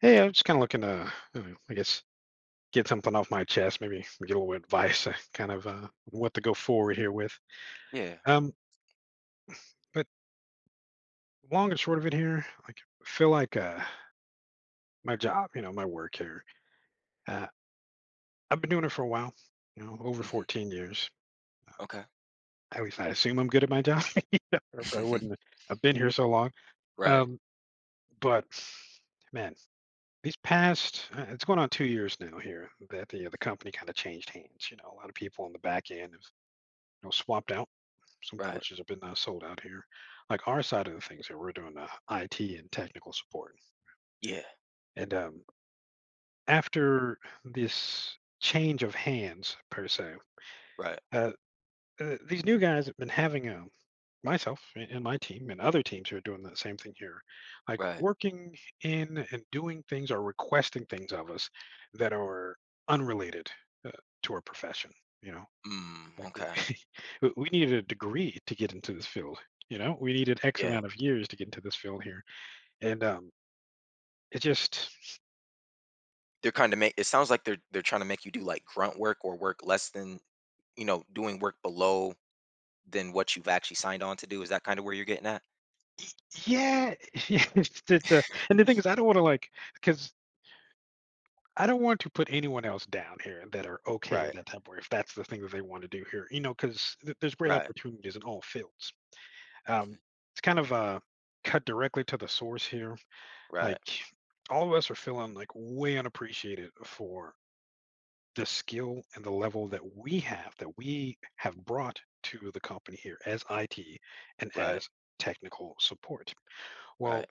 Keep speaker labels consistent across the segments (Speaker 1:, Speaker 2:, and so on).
Speaker 1: Hey, I'm just kind of looking to, you know, I guess, get something off my chest, maybe get a little advice, kind of what to go forward here with.
Speaker 2: Yeah.
Speaker 1: Um, but long and short of it here, like, I feel like my job, you know, my work here, uh, I've been doing it for a while, you know, over
Speaker 2: hmm
Speaker 1: 14 years.
Speaker 2: Okay.
Speaker 1: At least I assume I'm good at my job. Or I wouldn't have been here so long.
Speaker 2: right.
Speaker 1: Um, but man, these past, it's going on 2 years now here that the company kind of changed hands. You know, a lot of people on the back end have, swapped out some
Speaker 2: Right.
Speaker 1: porches have been sold out here. Like our side of the things here, we're doing IT and technical support.
Speaker 2: Yeah.
Speaker 1: And After this change of hands, per se,
Speaker 2: Right.
Speaker 1: uh, these new guys have been having myself and my team and other teams who are doing that same thing here, like
Speaker 2: Right.
Speaker 1: working in and doing things or requesting things of us that are unrelated, uh, to our profession. You know. Like
Speaker 2: Okay.
Speaker 1: we needed a degree to get into this field, you know? We needed X
Speaker 2: Yeah.
Speaker 1: amount of years to get into this field here. And, it just
Speaker 2: They're kind of make it sounds like they're trying to make you do like grunt work or work less than you know doing work below than what you've actually signed on to do. Is that kind of where you're getting at?
Speaker 1: Yeah. it's it's, uh and the thing is I don't wanna, like because I don't want to put anyone else down here that are okay with
Speaker 2: Right.
Speaker 1: that type of work if that's the thing that they wanna do here, you know, 'cause th there's great
Speaker 2: Right.
Speaker 1: opportunities in all fields. Um, it's kind of, cut directly to the source here.
Speaker 2: Right.
Speaker 1: Like, all of us are feeling, like, way unappreciated for the skill and the level that we have, brought to the company here as IT and
Speaker 2: Right.
Speaker 1: as technical support. Well,
Speaker 2: Right.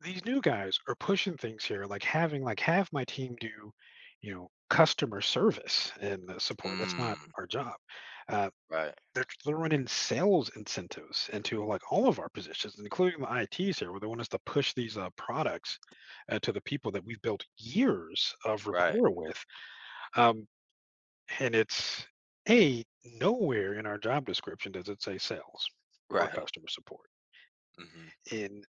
Speaker 1: these new guys are pushing things here, like having like have my team do, you know, customer service and support. That's not
Speaker 2: Mm,
Speaker 1: our job. Uh,
Speaker 2: right.
Speaker 1: they're running sales incentives into like all of our positions, including the ITs here, where they want us to push these products, to the people that we've built years of
Speaker 2: Right.
Speaker 1: rapport with. Um, and it's a nowhere in our job description does it say sales or
Speaker 2: Right.
Speaker 1: customer support.
Speaker 2: hmm
Speaker 1: In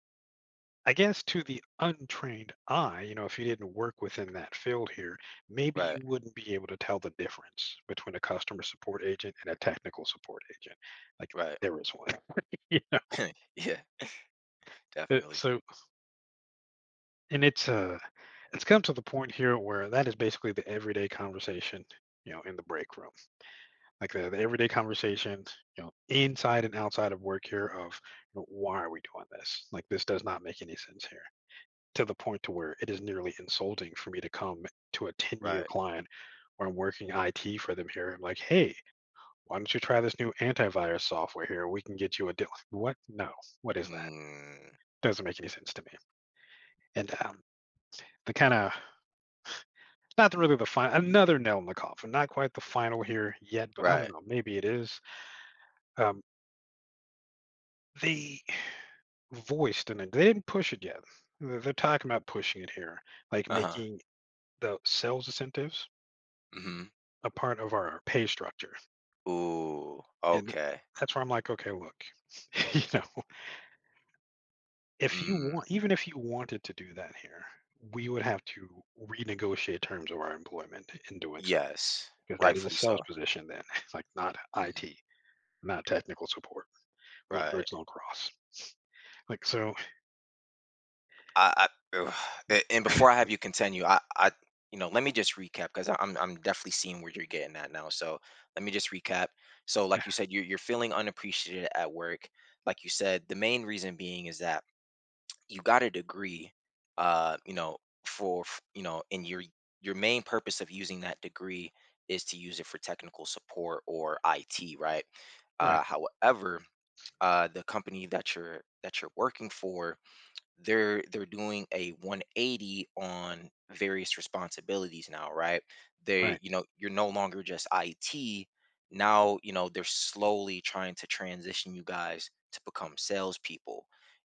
Speaker 1: I guess to the untrained eye, if you didn't work within that field here, maybe
Speaker 2: Right.
Speaker 1: you wouldn't be able to tell the difference between a customer support agent and a technical support agent. Like,
Speaker 2: Right.
Speaker 1: there is one. You
Speaker 2: Yeah.
Speaker 1: know?
Speaker 2: Definitely.
Speaker 1: So, and it's come to the point here where that is basically the everyday conversation, in the break room, like the everyday conversations, you know, inside and outside of work here of, why are we doing this? Like, this does not make any sense here. To the point to where it is nearly insulting for me to come to a 10-year
Speaker 2: Right.
Speaker 1: client where I'm working IT for them here. I'm like, hey, why don't you try this new antivirus software here? We can get you a deal. What? No. What is that?
Speaker 2: Mm,
Speaker 1: Doesn't make any sense to me. And The kind of, not really the final, another nail in the coffin. Not quite the final here yet, but I don't
Speaker 2: right.
Speaker 1: know. Maybe it is. Um, they voiced in it. They didn't push it yet. They're talking about pushing it here, like
Speaker 2: Uh huh.
Speaker 1: making the sales incentives
Speaker 2: hmm
Speaker 1: a part of our pay structure.
Speaker 2: Ooh.
Speaker 1: And
Speaker 2: Okay.
Speaker 1: that's where I'm like, okay, look, you know, if you
Speaker 2: Mm.
Speaker 1: want, even if you wanted to do that here, we would have to renegotiate terms of our employment in doing so,
Speaker 2: Yes,
Speaker 1: because that is a
Speaker 2: rightfully
Speaker 1: sales
Speaker 2: so.
Speaker 1: position then. It's like not
Speaker 2: Mhm.
Speaker 1: IT, not technical support. Those
Speaker 2: Right.
Speaker 1: bridges don't cross. Like, so,
Speaker 2: I, I ugh, and before I have you continue, you know, let me just recap because I'm definitely seeing where you're getting at now. So let me just recap. So
Speaker 1: yeah,
Speaker 2: like you said, you're feeling unappreciated at work. Like you said, the main reason being is that you got a degree, you know, you know, and your main purpose of using that degree is to use it for technical support or IT, right?
Speaker 1: right,
Speaker 2: However, the company that you're working for they're doing a 180 on various responsibilities now, right? They,
Speaker 1: right,
Speaker 2: you know, you're no longer just IT. Now, you know, they're slowly trying to transition you guys to become salespeople.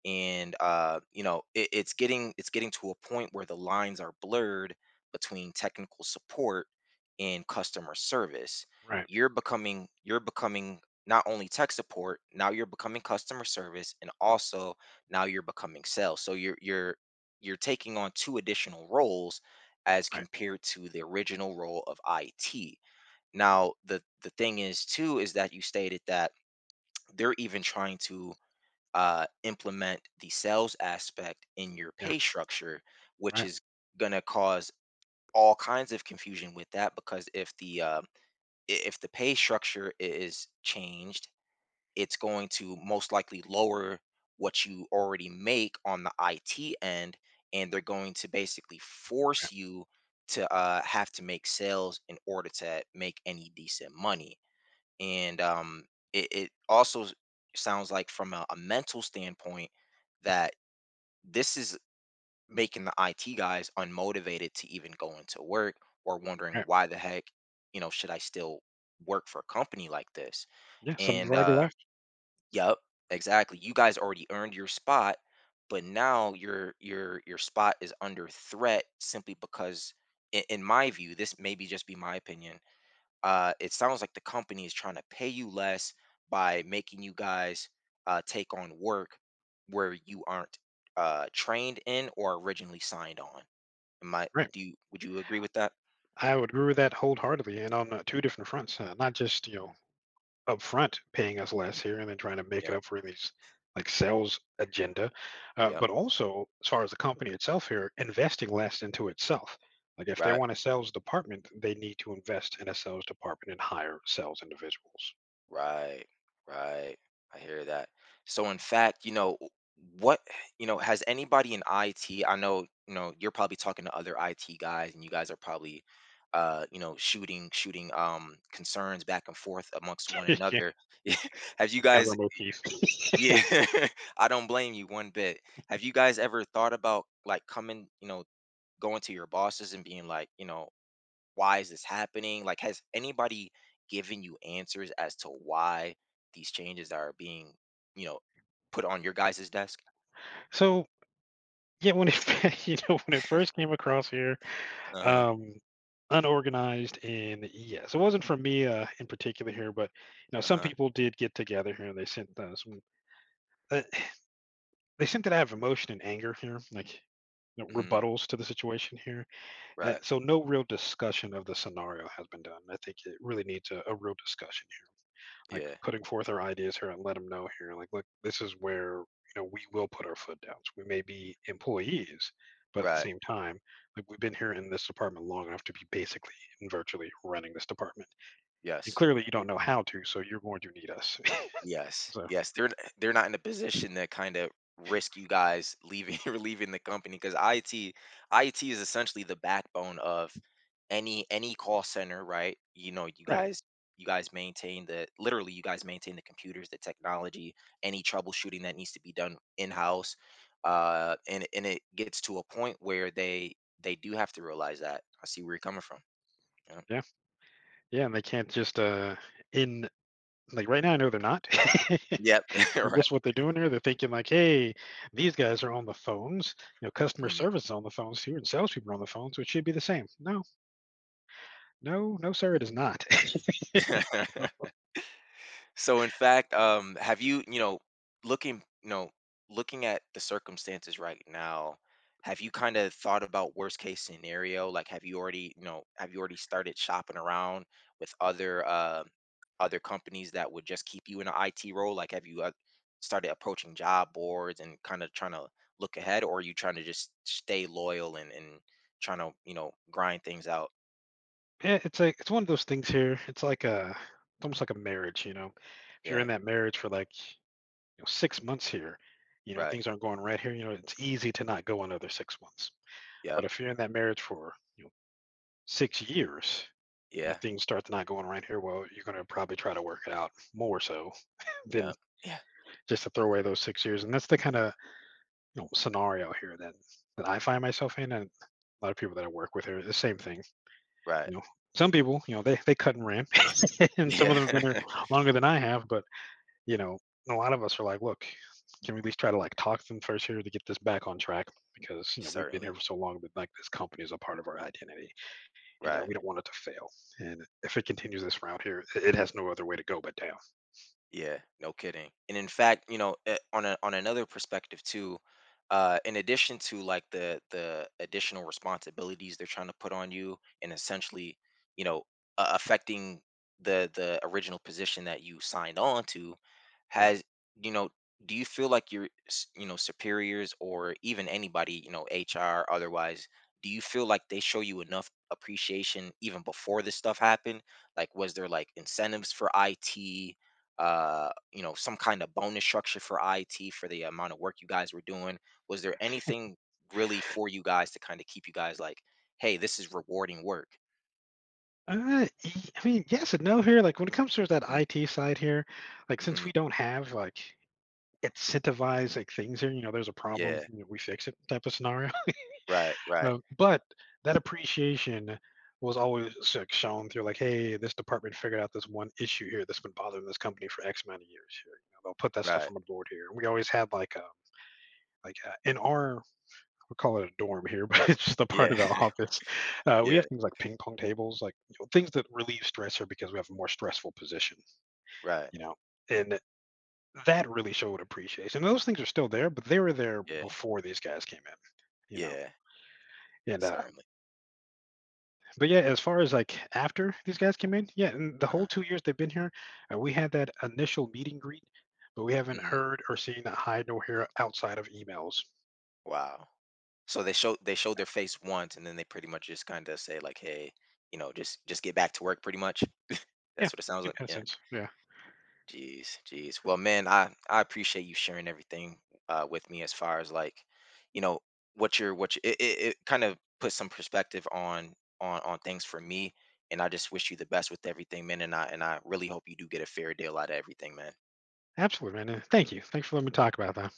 Speaker 2: And you know it's getting to a point where the lines are blurred between technical support and customer service.
Speaker 1: right,
Speaker 2: You're becoming, you're becoming not only tech support, now you're becoming customer service, and also now you're becoming sales. So you're you're taking on two additional roles as
Speaker 1: right.
Speaker 2: compared to the original role of IT. Now the thing is too is that you stated that they're even trying to implement the sales aspect in your
Speaker 1: Yeah,
Speaker 2: pay structure, which
Speaker 1: right,
Speaker 2: is going to cause all kinds of confusion with that because if the if the pay structure is changed, it's going to most likely lower what you already make on the IT end, and they're going to basically force you to have to make sales in order to make any decent money. And it, it also s- sounds like, from a mental standpoint, that this is making the IT guys unmotivated to even go into work or wondering
Speaker 1: right.
Speaker 2: why the heck, you know, should I still work for a company like this?
Speaker 1: Yeah, some have
Speaker 2: And
Speaker 1: already left.
Speaker 2: Yep. Exactly. You guys already earned your spot, but now your spot is under threat simply because in my view, this may be just be my opinion. It sounds like the company is trying to pay you less by making you guys take on work where you aren't trained in or originally signed on. Am I,
Speaker 1: Right.
Speaker 2: do you, would you agree with that?
Speaker 1: I would agree with that wholeheartedly, and on, two different fronts, not just,
Speaker 2: Mhm.
Speaker 1: up front paying us less here and then trying to make it
Speaker 2: Yep,
Speaker 1: up for these like sales agenda,
Speaker 2: yep,
Speaker 1: but also as far as the company itself here investing less into itself. Like, if they
Speaker 2: right.
Speaker 1: want a sales department, they need to invest in a sales department and hire sales individuals.
Speaker 2: Right, right. I hear that. So in fact, you know, what, you know, has anybody in IT, I know, you know, you're probably talking to other IT guys and you guys are probably you know, shooting concerns back and forth amongst one
Speaker 1: Yeah,
Speaker 2: another. Yeah, have you
Speaker 1: it's kind of our
Speaker 2: guys
Speaker 1: motif.
Speaker 2: yeah, I don't blame you one bit. Have you guys ever thought about like coming, you know, going to your bosses and being like, you know, why is this happening? Like, has anybody given you answers as to why these changes are being, you know, put on your guys' desk?
Speaker 1: So yeah, when it when it first came across here,
Speaker 2: Uh-huh.
Speaker 1: um unorganized. And yeah, so it wasn't from me, in particular here, but, some
Speaker 2: Uh-huh.
Speaker 1: people did get together here and they sent, some, uh, they sent that out of emotion and anger here, like,
Speaker 2: hmm
Speaker 1: rebuttals to the situation here.
Speaker 2: Right.
Speaker 1: So no real discussion of the scenario has been done. I think it really needs a real discussion, like
Speaker 2: Yeah.
Speaker 1: putting forth our ideas here and let them know here, like, look, this is where, we will put our foot down. So we may be employees, but at the
Speaker 2: Right.
Speaker 1: same time, like, we've been here in this department long enough to be basically and virtually running this department. And
Speaker 2: Yes.
Speaker 1: clearly you don't know how to, so you're going to need us.
Speaker 2: Yes,
Speaker 1: So
Speaker 2: yes, they're not in a position to kind of risk you guys leaving or leaving the company because IT is essentially the backbone of any call center, right? You know,
Speaker 1: right,
Speaker 2: you guys maintain the literally you guys maintain the computers, the technology, any troubleshooting that needs to be done in-house. And it gets to a point where they do have to realize that. I see where you're coming from. Yeah.
Speaker 1: yeah, yeah. And they can't just, in like right now, I know they're not.
Speaker 2: Yep.
Speaker 1: From
Speaker 2: right.
Speaker 1: just what they're doing here, they're thinking like, hey, these guys are on the phones, customer
Speaker 2: Mhm.
Speaker 1: service is on the phones here, and salespeople are on the phones, so it should be the same, no. No, no, sir, it is not.
Speaker 2: So in fact, have you, you know, looking at the circumstances right now, have you kind of thought about worst case scenario? Like, have you already, you know, have you already started shopping around with other, other companies that would just keep you in an IT role? Like, have you started approaching job boards and kind of trying to look ahead, or are you trying to just stay loyal and trying to, you know, grind things out?
Speaker 1: Yeah, it's one of those things here. It's it's almost like a marriage, you know. If you're in
Speaker 2: Yeah,
Speaker 1: that marriage for like, 6 months here, you know
Speaker 2: right.
Speaker 1: things aren't going right here. You know, it's easy to not go another 6 months.
Speaker 2: Yep.
Speaker 1: But if you're in that marriage for, 6 years, you know
Speaker 2: Yeah.
Speaker 1: things start to not going right here. Well, you're going to probably try to work it out more so
Speaker 2: Yeah.
Speaker 1: than
Speaker 2: Yeah.
Speaker 1: just to throw away those 6 years. And that's the kind of, scenario here that I find myself in, and a lot of people that I work with are the same thing.
Speaker 2: Right.
Speaker 1: You know, some people, you know, they cut and ran, and some of them have
Speaker 2: Yeah.
Speaker 1: been here longer than I have. But, you know, a lot of us are like, look, can we at least try to like talk to them first here to get this back on track? Because you know we've been
Speaker 2: Certainly.
Speaker 1: here for so long, but like this company is a part of our identity, and,
Speaker 2: Right.
Speaker 1: we don't want it to fail. And if it continues this route here, it has no other way to go but down.
Speaker 2: Yeah, no kidding. And in fact, you know, on a, on another perspective too, in addition to like the additional responsibilities they're trying to put on you, and essentially, you know, affecting the original position that you signed on to,
Speaker 1: Yeah.
Speaker 2: has you know, do you feel like you know superiors or even anybody you know HR otherwise, do you feel like they show you enough appreciation even before this stuff happened? Like, was there like incentives for IT? You know, some kind of bonus structure for IT for the amount of work you guys were doing? Was there anything really for you guys to kind of keep you guys like, hey, this is rewarding work?
Speaker 1: I mean, yes and no here. Like when it comes to that
Speaker 2: hmm
Speaker 1: IT side here, like, since
Speaker 2: hmm
Speaker 1: we don't have like incentivize like things here, you know, there's a problem,
Speaker 2: Yeah.
Speaker 1: you know, we fix it, type of scenario.
Speaker 2: Right. Right.
Speaker 1: Well, but that appreciation was always like shown through, like, hey, this department figured out this one issue here that's been bothering this company for X amount of years here. You know, they'll put that stuff
Speaker 2: Right.
Speaker 1: on the board here. And we always had like a, in our, we call it a dorm here, but it's just a part
Speaker 2: Yeah.
Speaker 1: of the office. We
Speaker 2: yeah.
Speaker 1: have things like ping pong tables, like, you know, things that relieve stress here because we have a more stressful position,
Speaker 2: Right.
Speaker 1: you know. And that really showed appreciation. And those things are still there, but they were there
Speaker 2: Yeah.
Speaker 1: before these guys came in, you know.
Speaker 2: Yeah.
Speaker 1: And
Speaker 2: Certainly.
Speaker 1: but yeah, as far as like after these guys came in, yeah, and the whole
Speaker 2: Uh-huh.
Speaker 1: 2 years they've been here, we had that initial meet and greet, but we haven't
Speaker 2: hmm
Speaker 1: heard or seen that hide nor hair outside of emails.
Speaker 2: Wow. So they showed their face once, and then they pretty much just kind of say like, hey, you know, just get back to work. Pretty much.
Speaker 1: Yeah,
Speaker 2: That's what it sounds
Speaker 1: in
Speaker 2: like. Yeah.
Speaker 1: essence, yeah,
Speaker 2: Jeez, jeez. Well, man, I appreciate you sharing everything with me as far as like, you know, what you're what you, it kind of puts some perspective on things for me, and I just wish you the best with everything, man. And I really hope you do get a fair deal out of everything, man.
Speaker 1: absolutely, man. Thank you. Thanks for letting me talk about that.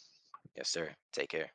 Speaker 2: Yes, sir. Take care.